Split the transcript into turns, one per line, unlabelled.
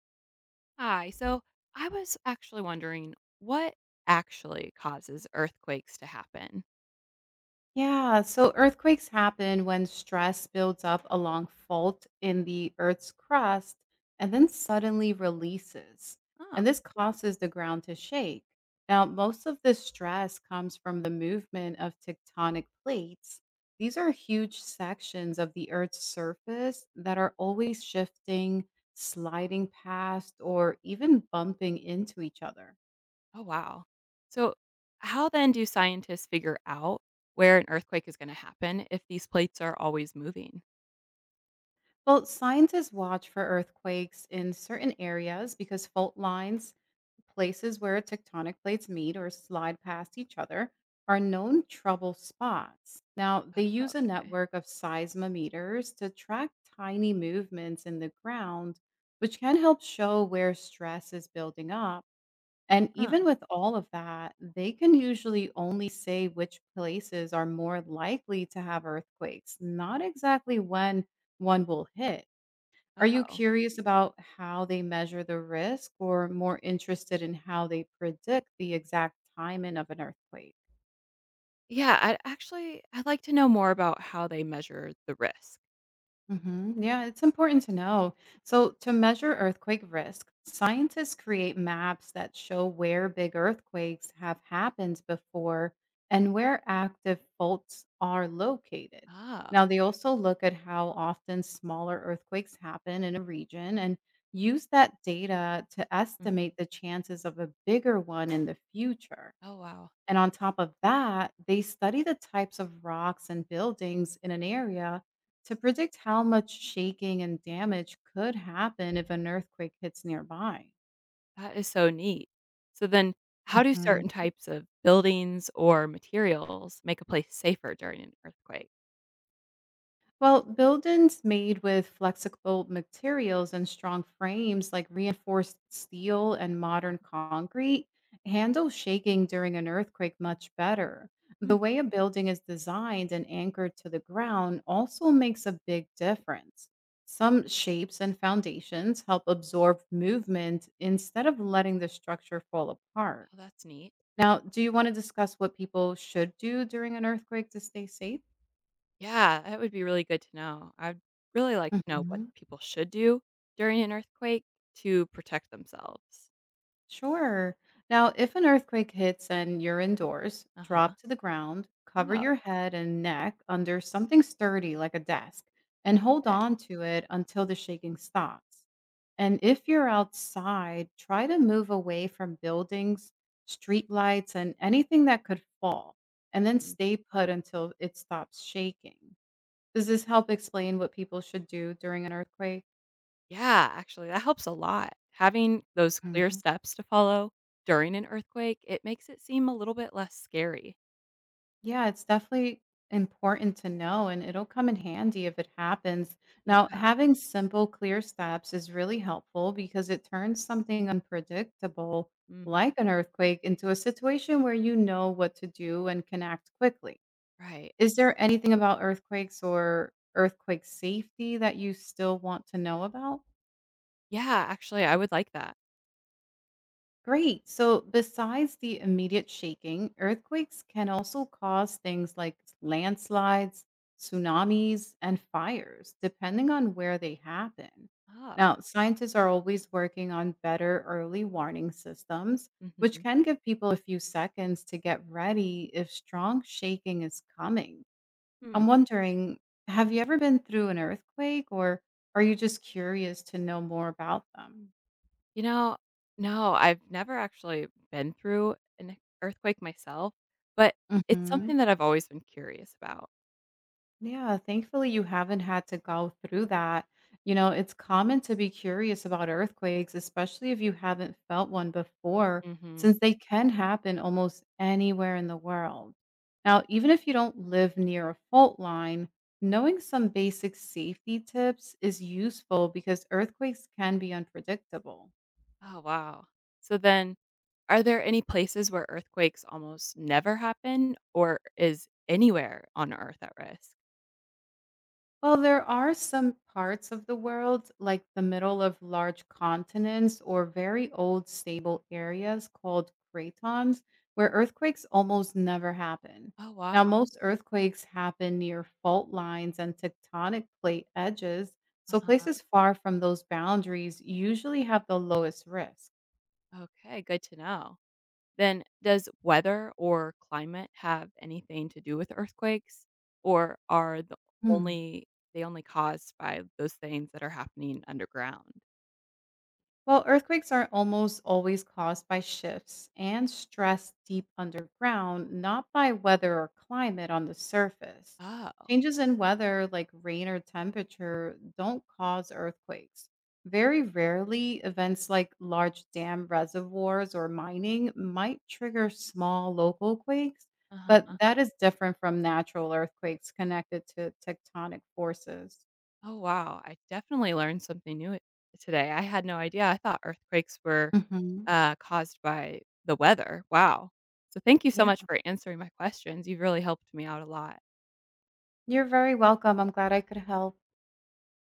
Hi. So I was actually wondering what actually causes earthquakes to happen?
Yeah, so earthquakes happen when stress builds up along fault in the Earth's crust and then suddenly releases.
Oh.
And this causes the ground to shake. Now, most of this stress comes from the movement of tectonic plates. These are huge sections of the Earth's surface that are always shifting, sliding past, or even bumping into each other.
Oh, wow. So, how then do scientists figure out where an earthquake is going to happen if these plates are always moving?
Well, scientists watch for earthquakes in certain areas because fault lines, places where tectonic plates meet or slide past each other, are known trouble spots. Now, they use a network of seismometers to track tiny movements in the ground, which can help show where stress is building up. And
uh,
even with all of that, they can usually only say which places are more likely to have earthquakes, not exactly when one will hit. Are you
Oh,
curious about how they measure the risk or more interested in how they predict the exact timing of an earthquake?
yeah. I'd like to know more about how they measure the risk.
Yeah, it's important to know. So, to measure earthquake risk, scientists create maps that show where big earthquakes have happened before and where active faults are located.
Oh.
Now, they also look at how often smaller earthquakes happen in a region and use that data to
Mm,
estimate the chances of a bigger one in the future.
oh, wow.
And on top of that, they study the types of rocks and buildings in an area to predict how much shaking and damage could happen if an earthquake hits nearby.
That is so neat. So, then how do certain types of buildings or materials make a place safer during an earthquake?
Well, buildings made with flexible materials and strong frames like reinforced steel and modern concrete handle shaking during an earthquake much better. The way a building is designed and anchored to the ground also makes a big difference. Some shapes and foundations help absorb movement instead of letting the structure fall apart.
Oh, that's neat.
Now, do you want to discuss what people should do during an earthquake to stay safe?
Yeah, that would be really good to know. I'd really like to know what
Mhm.
people should do during an earthquake to protect themselves.
Sure. Now, if an earthquake hits and you're indoors,
Uh-huh.
drop to the ground, cover
Oh,
your head and neck under something sturdy like a desk, and hold
okay.
on to it until the shaking stops. And if you're outside, try to move away from buildings, street lights, and anything that could fall, and then
Mm.
stay put until it stops shaking. Does this help explain what people should do during an earthquake?
Yeah, actually, that helps a lot. Having those clear steps to follow during an earthquake, it makes it seem a little bit less scary.
Yeah, it's definitely important to know, and it'll come in handy if it happens. Now,
Yeah.
having simple, clear steps is really helpful because it turns something unpredictable,
Mm,
like an earthquake, into a situation where you know what to do and can act quickly.
right.
Is there anything about earthquakes or earthquake safety that you still want to know about?
Yeah, actually, I would like that.
Great. So, besides the immediate shaking, earthquakes can also cause things like landslides, tsunamis, and fires, depending on where they happen.
Oh.
Now, scientists are always working on better early warning systems,
Hmm.
which can give people a few seconds to get ready if strong shaking is coming.
Hmm.
I'm wondering, have you ever been through an earthquake, or are you just curious to know more about them?
You know, no, I've never actually been through an earthquake myself, but it's
hmm
something that I've always been curious about.
Yeah, thankfully you haven't had to go through that. You know, it's common to be curious about earthquakes, especially if you haven't felt one before,
Mhm.
since they can happen almost anywhere in the world. Now, even if you don't live near a fault line, knowing some basic safety tips is useful because earthquakes can be unpredictable.
Oh, wow. So then, are there any places where earthquakes almost never happen, or is anywhere on Earth at risk?
Well, there are some parts of the world, like the middle of large continents or very old stable areas called cratons, where earthquakes almost never happen.
Oh, wow.
Now, most earthquakes happen near fault lines and tectonic plate edges, so places
Uh-huh.
far from those boundaries usually have the lowest risk.
Okay, good to know. Then does weather or climate have anything to do with earthquakes, or are the
Hmm.
only they only caused by those things that are happening underground?
Well, earthquakes are almost always caused by shifts and stress deep underground, not by weather or climate on the surface.
Oh.
Changes in weather, like rain or temperature, don't cause earthquakes. Very rarely, events like large dam reservoirs or mining might trigger small local quakes,
Uh-huh.
but that is different from natural earthquakes connected to tectonic forces.
Oh, wow. I definitely learned something new today. I had no idea. I thought earthquakes were
Mhm.
caused by the weather. Wow. So thank you so
Yeah,
much for answering my questions. You've really helped me out a lot.
you're very welcome. I'm glad I could help.